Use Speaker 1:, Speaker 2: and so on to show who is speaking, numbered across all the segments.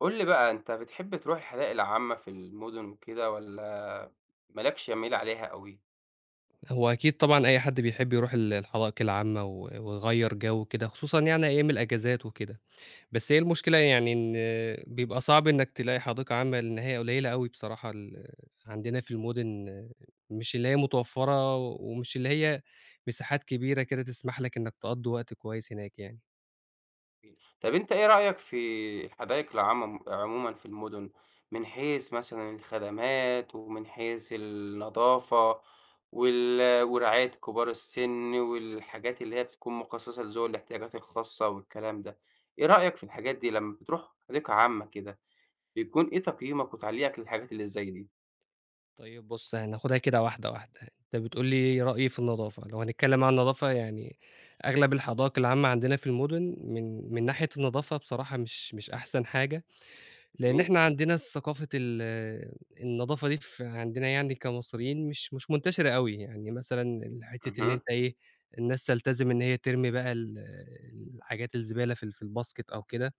Speaker 1: قُل لي بقى أنت بتحب تروح الحدائق العامة في المدن وكده والّا ما لكش يميل عليها أوي؟
Speaker 2: هو أكيد طبعًا أي حد بيحب يروح الحدائق العامة ويغيّر جو كده، خصوصًا يعني أيام الأجازات وكده. بس هي المشكلة يعني إن بيبقى صعب إنّك تلاقي حديقة عامة، لإن هي قليلة أوي بصراحة عندنا في المدن مش اللي هي متوفّرة ومش اللي هي مساحات كبيرة كده تسمح لك إنّك تقضّي وقت كويس هناك يعني.
Speaker 1: طب أنت إيه رأيك في الحدائق العامة عمومًا في المدن، من حيث مثلًا الخدمات ومن حيث النضافة ورعاية كبار السن والحاجات اللي هي بتكون مخصصة لذوي الاحتياجات الخاصة والكلام ده، إيه رأيك في الحاجات دي لمّا بتروح حديقة عامة كده، بيكون إيه تقييمك وتعليقك للحاجات اللي زي دي؟
Speaker 2: طيب بُص، هناخدها كده واحدة، واحدة. أنت بتقول لي رأيي في النضافة، لو هنتكلم عن النضافة يعني أغلب الحدائق العامة عندنا في المدن من ناحية النضافة بصراحة مش أحسن حاجة، لإن
Speaker 1: جميل،
Speaker 2: إحنا عندنا ثقافة النضافة دي ف عندنا يعني كمصريين مش منتشرة أوي، يعني مثلًا حتة إن
Speaker 1: اهم،
Speaker 2: أنت إيه، الناس تلتزم إن هي ترمي بقى الحاجات الزبالة في الباسكت أو كده.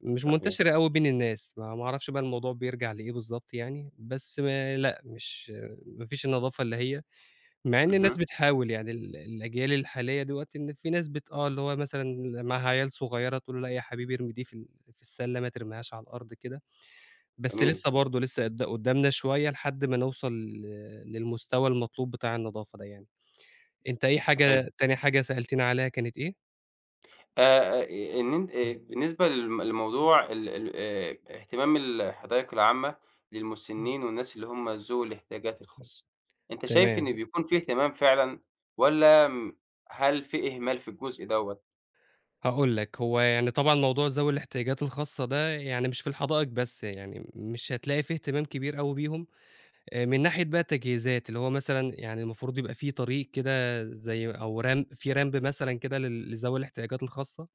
Speaker 2: مش
Speaker 1: صحيح،
Speaker 2: منتشرة أوي بين الناس، ما أعرفش بقى الموضوع بيرجع لإيه بالضبط يعني، بس ما لأ، مش ما فيش النضافة اللي هي مع إن الناس
Speaker 1: اهم،
Speaker 2: بتحاول يعني الأجيال الحالية دلوقتي إن في ناس بت آه، اللي هو مثلًا معاها عيال صغيرة تقول له: "لأ يا حبيبي ارمي دي في ال في السلة ما ترميهاش على الأرض كده." بس
Speaker 1: جميل.
Speaker 2: لسه برضه لسه قدّامنا شوية لحد ما نوصل للمستوى المطلوب بتاع النضافة ده يعني. أنت إيه
Speaker 1: صحيح.
Speaker 2: حاجة تاني حاجة سألتني عليها كانت إيه؟
Speaker 1: آآ، إيه، إن أنتِ
Speaker 2: إمم،
Speaker 1: بالنسبة لموضوع ال ال اهتمام الحدائق العامة
Speaker 2: إمم،
Speaker 1: للمُسنّين والناس اللي هم ذو الاحتياجات
Speaker 2: إمم،
Speaker 1: الخاصة، أنت شايف إن
Speaker 2: تمام.
Speaker 1: بيكون في اهتمام فعلًا والّا هل في إهمال في الجزء دوّة؟
Speaker 2: هاقول لك، هو يعني طبعًا موضوع ذوي الاحتياجات الخاصة ده يعني مش في الحدائق بس، يعني مش هتلاقي في اهتمام كبير أوي بيهم، من ناحية بقى التجهيزات، اللي هو مثلًا يعني المفروض يبقى في طريق كده زي أو رام في رامب مثلًا كده لذوي الاحتياجات الخاصة،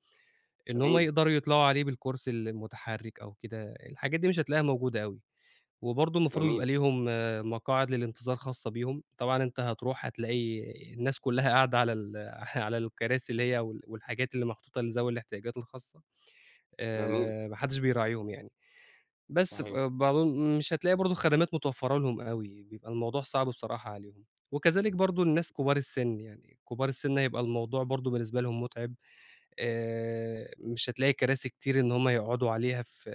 Speaker 2: إن هم
Speaker 1: جميل،
Speaker 2: يقدروا يطلعوا عليه بالكرسي المتحرك أو كده، الحاجات دي مش هتلاقيها موجودة أوي، وبرضه المفروض يبقى
Speaker 1: جميل،
Speaker 2: ليهم مقاعد للانتظار خاصة بيهم، طبعًا أنت هتروح هتلاقي الناس كلها قاعدة على ال على الكراسي اللي هي والحاجات اللي محطوطة لذوي الاحتياجات الخاصة.
Speaker 1: جميل،
Speaker 2: ما حدّش بيراعيهم يعني. بس ف
Speaker 1: صحيح،
Speaker 2: بعضهم مش هتلاقي برضه خدمات متوفّرة لهم أوي، بيبقى الموضوع صعب بصراحة عليهم. وكذلك برضه الناس كبار السِن، يعني كبار السِن هيبقى الموضوع برضه بالنسبة لهم مُتعِب، مش هتلاقي كراسي كتير إن هم يقعدوا عليها في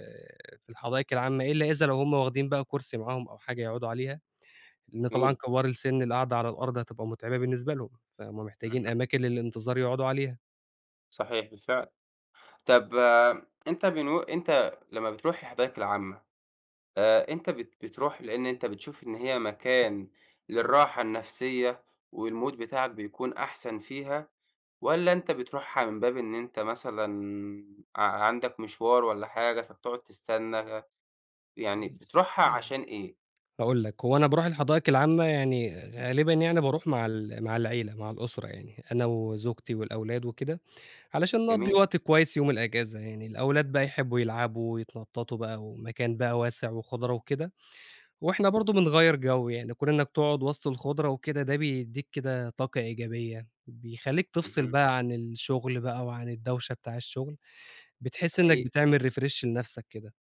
Speaker 2: في الحدائق العامة، إلا إذا لو هم واخدين بقى كرسي معاهم أو حاجة يقعدوا عليها، لإن طبعًا
Speaker 1: جميل،
Speaker 2: كبار السِن القعدة على الأرض هتبقى مُتعبة بالنسبة لهم، فهُم محتاجين
Speaker 1: اهم،
Speaker 2: أماكن للإنتظار يقعدوا عليها.
Speaker 1: صحيح بالفعل. طَب أنت لمّا بتروح الحدائق العامة، أنت بتروح لإن أنت بتشوف إن هي مكان للراحة النفسية، والMood بتاعك بيكون أحسن فيها، والّا أنت بتروحها من باب إن أنت مثلًا عندك مشوار والّا حاجة فبتقعد تستنى، يعني بتروحها
Speaker 2: بس
Speaker 1: عشان إيه؟
Speaker 2: هاقول لك، هو أنا باروح الحدائق العامة يعني غالبًا يعني باروح مع العيلة، مع الأسرة يعني، أنا وزوجتي والأولاد وكده، علشان نقضّي
Speaker 1: جميل،
Speaker 2: وقت كويس يوم الأجازة يعني، الأولاد بقى يحبّوا يلعبوا ويتنطّطوا بقى ومكان بقى واسع وخُضرة وكده، وإحنا برضه بنغيّر جو يعني، كون إنك تقعد وسط الخُضرة وكده ده بيدّيك كده طاقة إيجابية، بيخلّيك تفصل
Speaker 1: اهم،
Speaker 2: بقى عن الشغل بقى وعن الدوشة بتاع الشغل، بتحس إنك
Speaker 1: حقيقي،
Speaker 2: بتعمل refresh لنَفْسك كده.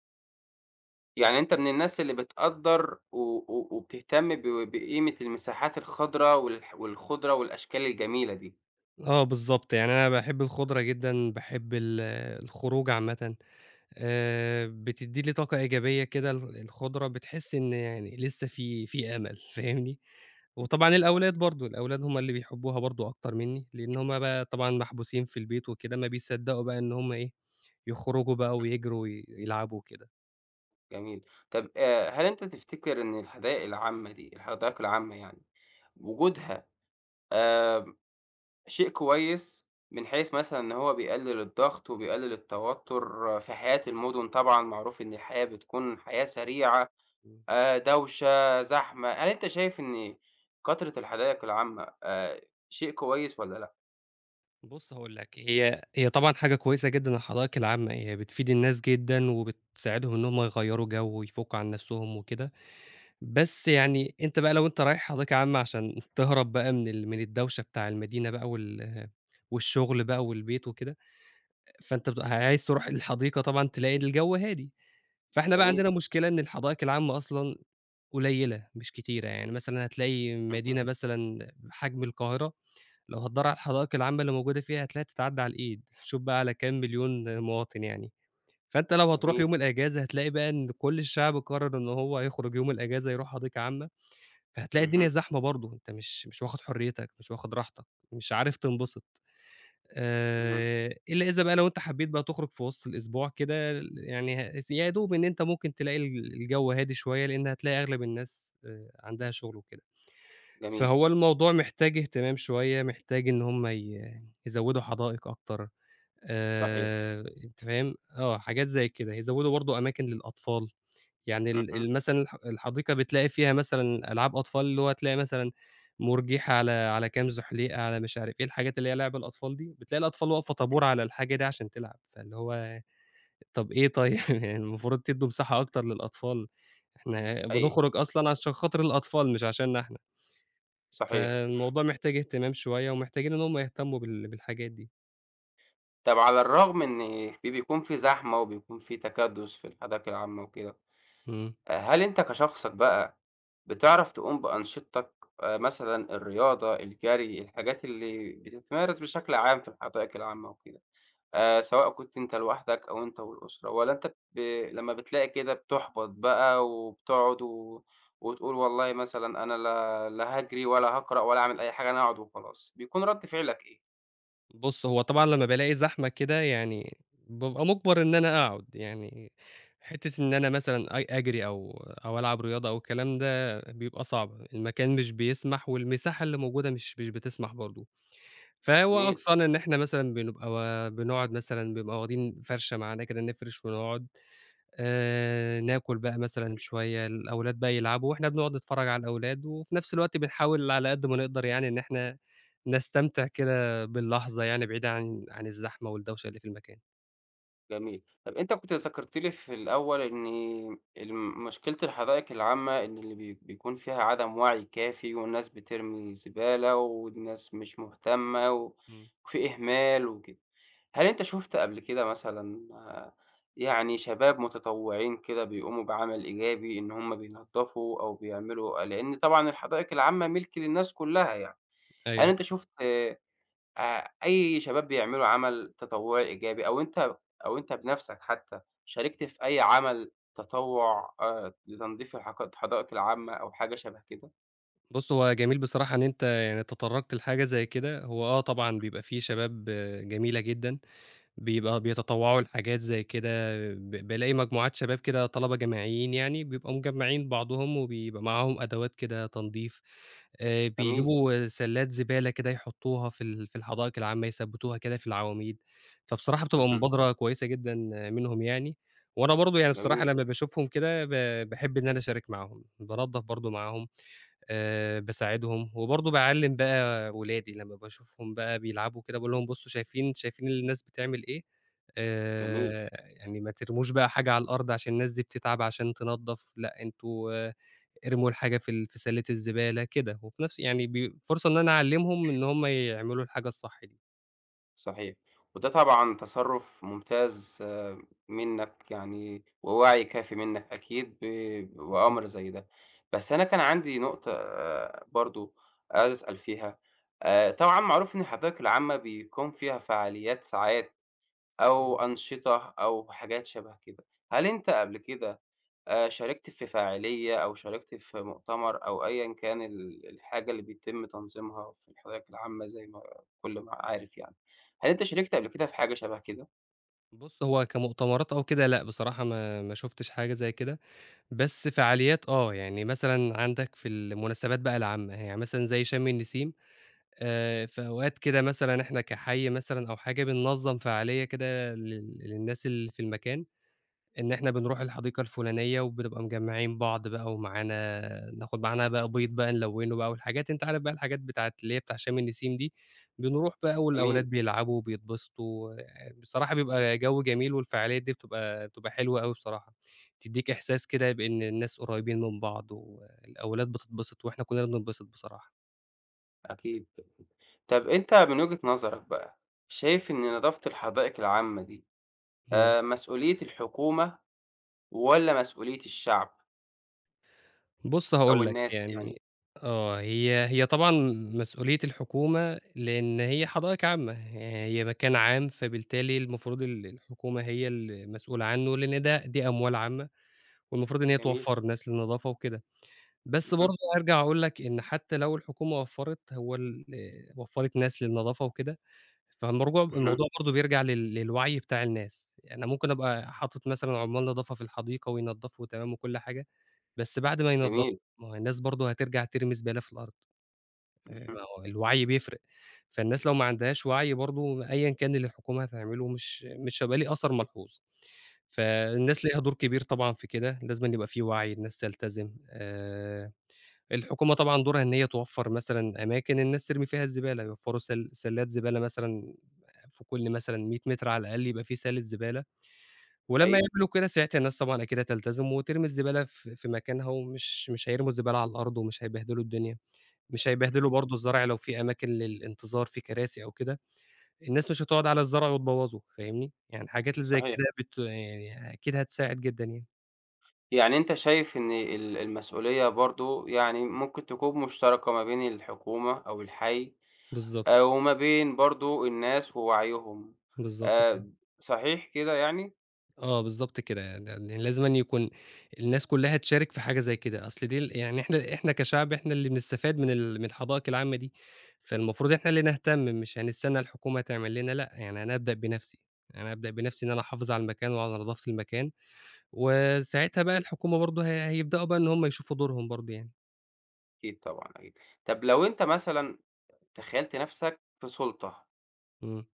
Speaker 1: يعني أنت من الناس اللي بتقدّر و و وبتهتم بقيمة المساحات الخضرا والخضرة والأشكال الجميلة دي.
Speaker 2: آه بالضبط، يعني أنا باحب الخُضرة جدًا، باحب الخروج عامةً، بتدّي لي طاقة إيجابية كده الخُضرة، بتحس إن يعني لسه في أمل فاهمني، وطبعًا الأولاد برضه، الأولاد هُم اللي بيحبوها برضه أكتر منّي، لإن هُم بقى طبعًا محبوسين في البيت وكده، ما بيصدّقوا بقى إن هُم إيه، يخرجوا بقى ويجروا ويلعبوا وكده.
Speaker 1: جميل. طب هل أنت تفتكر إن الحدائق العامة دي الحدائق العامة يعني وجودها آمم شيء كويس من حيث مثلًا إن هو بيقلل الضغط وبيقلل التوتر، آه، في حياة المدن طبعًا معروف إن الحياة بتكون حياة سريعة،
Speaker 2: إمم.
Speaker 1: دوشة، زحمة، هل أنت شايف إن كثرة الحدائق العامة شيء كويس والّا لأ؟
Speaker 2: بُص هاقول لك، هي طبعًا حاجة كويسة جدًا الحدائق العامة، هي بتفيد الناس جدًا وبتساعدهم إن هُم يغيّروا جو ويفُكّوا عن نَفْسهم وكده. بس يعني أنت بقى لو أنت رايح حديقة عامة عشان تهرب بقى من الدوشة بتاع المدينة بقى والشغل بقى والبيت وكده، فأنت بتبقى عايز تروح الحديقة طبعًا تلاقي الجو هادي، فإحنا بقى عندنا
Speaker 1: جميل.
Speaker 2: مشكلة إن الحدائق العامة أصلًا قليلة مش كتيرة، يعني مثلًا هتلاقي
Speaker 1: اهم،
Speaker 2: مدينة مثلًا بحجم القاهرة لو هتدوّر على الحدائق العامة اللي موجودة فيها هتلاقيها تتعدّى على الإيد، شوف بقى على كام مليون مواطن يعني، فأنت لو هتروح
Speaker 1: جميل.
Speaker 2: يوم الأجازة هتلاقي بقى إن كل الشعب قرر إن هو هيخرج يوم الأجازة يروح حديقة عامة فهتلاقي الدنيا
Speaker 1: اهم،
Speaker 2: زحمة برضه، أنت مش واخد حريتك، مش واخد راحتك، مش عارف تنبسط.
Speaker 1: اهم،
Speaker 2: إلا إذا بقى لو أنت حبيت بقى تخرج في وسط الأسبوع كده يعني هس يا دوب إن أنت ممكن تلاقي الجو هادي شوية، لإن هتلاقي أغلب الناس عندها شغل وكده.
Speaker 1: جميل.
Speaker 2: فهو الموضوع محتاج اهتمام شوية، محتاج إن هم يزوّدوا حدائق أكتر،
Speaker 1: صحيح.
Speaker 2: أنت فاهم؟ حاجات زي كده، يزوّدوا برضه أماكن للأطفال. يعني ال
Speaker 1: اهم،
Speaker 2: ال مثلًا الحديقة بتلاقي فيها مثلًا ألعاب أطفال، اللي هو تلاقي مثلًا مُرجيحة على كام زحليقة على مش عارف إيه، الحاجات اللي هي لعب الأطفال دي، بتلاقي الأطفال واقفة طابور على الحاجة دي عشان تلعب، فاللي هو طَب إيه طيب يعني المفروض تدّوا مساحة أكتر للأطفال، إحنا
Speaker 1: حقيقي.
Speaker 2: بنخرج أصلًا عشان خاطر الأطفال مش عشاننا إحنا،
Speaker 1: صحيح.
Speaker 2: فالموضوع محتاج اهتمام شوية ومحتاجين إن هم يهتموا بالحاجات دي.
Speaker 1: طب على الرغم إن بيكون في زحمة وبيكون في تكدُّس في الحدائق العامة وكده،
Speaker 2: إمم.
Speaker 1: هل أنت كشخصك بقى بتعرف تقوم بأنشطتك، مثلًا الرياضة، الجري، الحاجات اللي بتتمارس بشكل عام في الحدائق العامة وكده، سواء كنت أنت لوحدك أو أنت والأسرة والّا أنت ب لمّا بتلاقي كده بتُحبَط بقى وبتقعد وتقول والله مثلًا أنا لا لا هاجري ولا هاقرأ ولا هاعمل أي حاجة، أنا هاقعد وخلاص، بيكون رَد فعلك إيه؟
Speaker 2: بُص، هو طبعًا لمّا بالاقي زحمة كده يعني بابقى مُجبَر إن أنا أقعُد، يعني حتّة إن أنا مثلًا أجري أو ألعب رياضة أو الكلام ده بيبقى صعب، المكان مش بيسمح والمساحة اللي موجودة مش بتسمح برضه، فهو
Speaker 1: جميل.
Speaker 2: أقصانا إن إحنا مثلًا بنبقى و بنقعُد مثلًا بنبقى واخدين فَرشة معانا كده نفرِش ونقعُد ناكل بقى مثلًا شوية، الأولاد بقى يلعبوا وإحنا بنقعد نتفرّج على الأولاد، وفي نفس الوقت بنحاول على قد ما نقدر يعني إن إحنا نستمتع كده باللحظة يعني بعيد عن الزحمة والدوشة اللي في المكان.
Speaker 1: جميل. طَب أنت كنت ذكرت لي في الأول إن مشكلة الحدائق العامة إن اللي بيكون فيها عدم وعي كافي والناس بترمي زبالة والناس مش مهتمة
Speaker 2: إمم،
Speaker 1: وفي إهمال وكده. هل أنت شُفت قبل كده مثلًا، يعني شباب متطوعين كده بيقوموا بعمل إيجابي إن هم بينضفوا أو بيعملوا، لإن طبعًا الحدائق العامة ملك للناس كلها يعني. هل
Speaker 2: أيوه.
Speaker 1: أنت شُفت أي شباب بيعملوا عمل تطوعي إيجابي أو أنت بنَفْسك حتى شاركت في أي عمل تطوع لتنضيف الحدائق العامة أو حاجة شبه كده؟
Speaker 2: بُص، هو جميل بصراحة إن أنت يعني تطرّقت لحاجة زي كده، هو آه طبعًا بيبقى في شباب جميلة جدًا، بيبقى بيتطوّعوا لحاجات زي كده، بالاقي مجموعات شباب كده طلبة جامعيين يعني، بيبقوا مجمّعين بعضهم وبيبقى معاهم أدوات كده تنضيف.
Speaker 1: جميل،
Speaker 2: بيجيبوا سلّات زبالة كده يحطّوها في الحدائق العامة، يثبّتوها كده في العواميد، فبصراحة بتبقى
Speaker 1: اهم،
Speaker 2: مبادرة كويسة جدًا منهم يعني، وأنا برضه يعني بصراحة
Speaker 1: جميل،
Speaker 2: لمّا باشوفهم كده باحب إن أنا أشارك معاهم، بانضّف برضه معاهم، باساعدهم، وبرضه باعلّم بقى ولادي لمّا باشوفهم بقى بيلعبوا كده باقول لهم بُصّوا شايفين الناس بتعمل إيه،
Speaker 1: جميل،
Speaker 2: آآ يعني ما ترموش بقى حاجة على الأرض عشان الناس دي بتتعب عشان تنضّف، لأ أنتم ارموا الحاجة في سلّة الزبالة كده، وفي نفس يعني بي فرصة إن أنا أعلّمهم إن هم يعملوا الحاجة الصح دي،
Speaker 1: صحيح. وده طبعًا تصرُّف ممتاز، منّك يعني ووعي كافي منّك أكيد ب
Speaker 2: أكيد.
Speaker 1: بأمر زي ده. بس أنا كان عندي نقطة برضه عايز أسأل فيها، طبعًا معروف إن الحدائق العامة بيكون فيها فعاليات ساعات أو
Speaker 2: إمم.
Speaker 1: أنشطة أو حاجات شبه كده. هل أنت قبل كده شاركت في فاعلية أو شاركت في مؤتمر أو أيًا كان الحاجة اللي بيتم تنظيمها في الحدائق العامة زي ما كل ما عارف يعني، هل أنت شاركت قبل كده في حاجة شبه كده؟
Speaker 2: بُص، هو كمؤتمرات أو كده لأ، بصراحة ما شُفتش حاجة زي كده، بس فعاليات يعني مثلًا عندك في المناسبات بقى العامة، يعني مثلًا زي شم النسيم في أوقات كده مثلًا إحنا كحي مثلًا أو حاجة بننظّم فعالية كده للناس اللي في المكان. إن إحنا بنروح الحديقة الفلانية، وبنبقى مجمّعين بعض بقى، ومعانا ناخد معانا بقى بيض بقى نلوّنه بقى والحاجات أنت عارف بقى الحاجات بتاعة اللي هي بتاع شم النسيم دي، بنروح بقى والأولاد
Speaker 1: جميل،
Speaker 2: بيلعبوا وبيتبسطوا، بصراحة بيبقى جو جميل، والفعاليات دي بتبقى حلوة أوي بصراحة، بتدّيك إحساس كده بإن الناس قريبين من بعض، والأولاد بتتبسط، وإحنا كلنا بنتبسط بصراحة.
Speaker 1: أكيد. طب أنت من وجهة نظرك بقى، شايف إن نضافة الحدائق العامة دي
Speaker 2: إمم.
Speaker 1: مسؤولية الحكومة والّا مسؤولية الشعب
Speaker 2: بُص
Speaker 1: أو
Speaker 2: هاقول لك،
Speaker 1: الناس يعني؟
Speaker 2: يعني آه، هي طبعًا مسؤولية الحكومة، لإن هي حدائق عامة، يعني هي مكان عام، فبالتالي المفروض الحكومة هي المسؤولة عنه، لإن ده دي أموال عامة، والمفروض إن هي
Speaker 1: جميل،
Speaker 2: توفّر ناس للنضافة وكده. بس برضه
Speaker 1: اهم،
Speaker 2: هارجع أقول لك إن حتى لو الحكومة وفّرت، هو ال وفّرت ناس للنضافة وكده، فالمرجوع
Speaker 1: اهم،
Speaker 2: الموضوع برضه بيرجع للوعي بتاع الناس. يعني أنا ممكن أبقى حاطط مثلًا عمّال نضافة في الحديقة وينضفوا وتمام وكل حاجة بس بعد ما ينضّفوا،
Speaker 1: جميل،
Speaker 2: ما هو الناس برضه هترجع ترمي زبالة في الأرض، ما
Speaker 1: اهم،
Speaker 2: هو الوعي بيفرق، فالناس لو ما عندهاش وعي برضه أيًا كان اللي الحكومة هتعمله مش هيبقى ليه أثر ملحوظ،
Speaker 1: اهم،
Speaker 2: فالناس ليها دور كبير طبعًا في كده، لازمًا يبقى في وعي، الناس تلتزم، الحكومة طبعًا دورها إن هي توفّر مثلًا أماكن الناس ترمي فيها الزبالة، يوفّروا سلّات زبالة مثلًا في كل مثلًا 100 متر على الأقل يبقى في سالة زبالة. ولمّا
Speaker 1: حقيقي.
Speaker 2: يعملوا كده ساعتها الناس طبعًا أكيد هتلتزم وترمي الزبالة في مكانها، ومش مش هيرموا الزبالة على الأرض، ومش هيبهدلوا الدنيا، مش هيبهدلوا برضه الزرع لو في أماكن للإنتظار في كراسي أو كده، الناس مش هتقعد على الزرع وتبوّظه، فاهمني؟ يعني الحاجات اللي زي
Speaker 1: صحيح.
Speaker 2: كده بت يعني أكيد هتساعد جدًا يعني.
Speaker 1: يعني أنت شايف إن المسؤولية برضه يعني ممكن تكون مشتركة ما بين الحكومة أو الحي،
Speaker 2: بالضبط،
Speaker 1: وما بين برضه الناس ووعيهم.
Speaker 2: بالضبط كده.
Speaker 1: آآ صحيح كده يعني؟
Speaker 2: آه، بالضبط كده، يعني يعني لازمًا يكون الناس كلّها تشارك في حاجة زي كده، أصل دي ال يعني إحنا كشعب إحنا اللي بنستفاد من الحدائق العامة دي، فالمفروض إحنا اللي نهتم، مش هنستنى الحكومة تعمل لنا، لأ، يعني أنا أبدأ بنفسي، أنا أبدأ بنفسي إن أنا أحافظ على المكان وعلى نضافة المكان، وساعتها بقى الحكومة برضه هي هيبدأوا بقى إن هم يشوفوا دورهم برضه يعني.
Speaker 1: أكيد طبعًا، أكيد. طب لو أنت مثلًا تخيّلت نَفْسك في سُلطة.
Speaker 2: إمم،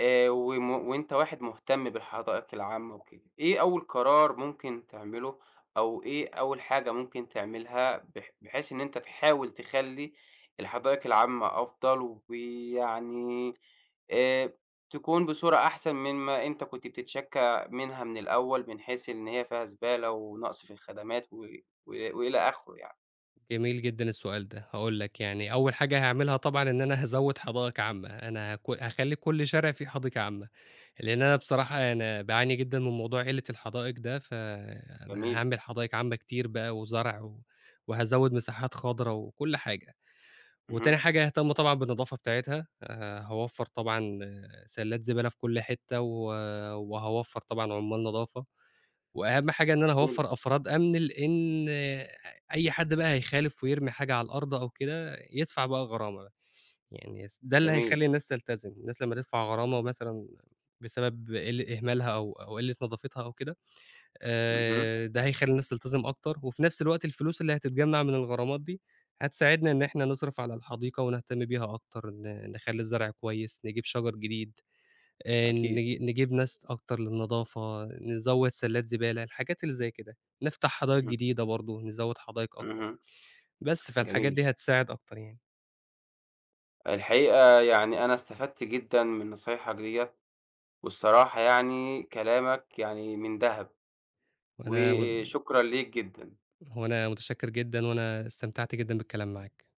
Speaker 1: وأنت واحد مهتم بالحدائق العامة وكده، إيه أول قرار ممكن تعمله أو إيه أول حاجة ممكن تعملها بحيث إن أنت تحاول تخلّي الحدائق العامة أفضل ويعني آآ تكون بصورة أحسن مما أنت كنت بتتشكّى منها من الأول، من حيث إن هي فيها زبالة ونقص في الخدمات و و وإلى آخره يعني.
Speaker 2: جميل جدًا السؤال ده، هاقول لك يعني أول حاجة هاعملها طبعًا إن أنا هازوّد حدائق عامة، أنا هاخلّي كل شارع فيه حديقة عامة. لإن أنا بصراحة أنا باعاني جدًا من موضوع قِلّة الحدائق ده، فأنا
Speaker 1: جميل،
Speaker 2: هاعمل حدائق عامة كتير بقى وزرع و وهازوّد مساحات خضرا وكل حاجة. وتاني
Speaker 1: اهم،
Speaker 2: حاجة هاهتم طبعًا بالنضافة بتاعتها، هاوفّر طبعًا سلّات زبالة في كل حتة و وهاوفّر طبعًا عُمّال نضافة. وأهم حاجة إن أنا
Speaker 1: جميل،
Speaker 2: هاوفّر أفراد أمن، لإن أي حد بقى هيخالف ويرمي حاجة على الأرض أو كده، يدفع بقى غرامة. يعني س ده اللي هيخلّي
Speaker 1: جميل،
Speaker 2: الناس تلتزم، الناس لمّا تدفع غرامة مثلًا بسبب إهمالها أو قلة نضافتها أو كده،
Speaker 1: اهم،
Speaker 2: ده هيخلّي الناس تلتزم أكتر، وفي نفس الوقت الفلوس اللي هتتجمّع من الغرامات دي، هتساعدنا إن إحنا نصرف على الحديقة ونهتم بيها أكتر، نخلّي الزرع كويس، نجيب شجر جديد،
Speaker 1: أكيد،
Speaker 2: نجيب ناس أكتر للنضافة، نزوّد سلّات زبالة، الحاجات اللي زي كده، نفتح حدايق
Speaker 1: اهم،
Speaker 2: جديدة برضه، نزوّد حدايق أكتر،
Speaker 1: اهم،
Speaker 2: بس فالحاجات
Speaker 1: جميل.
Speaker 2: دي هتساعد أكتر يعني،
Speaker 1: الحقيقة يعني أنا استفدت جدًا من نصايحك ديّة، والصراحة يعني كلامك يعني من دهب،
Speaker 2: وأنا و
Speaker 1: وشكرًا ليك جدًا.
Speaker 2: هو أنا متشكر جدًا، وأنا استمتعت جدًا بالكلام معاك.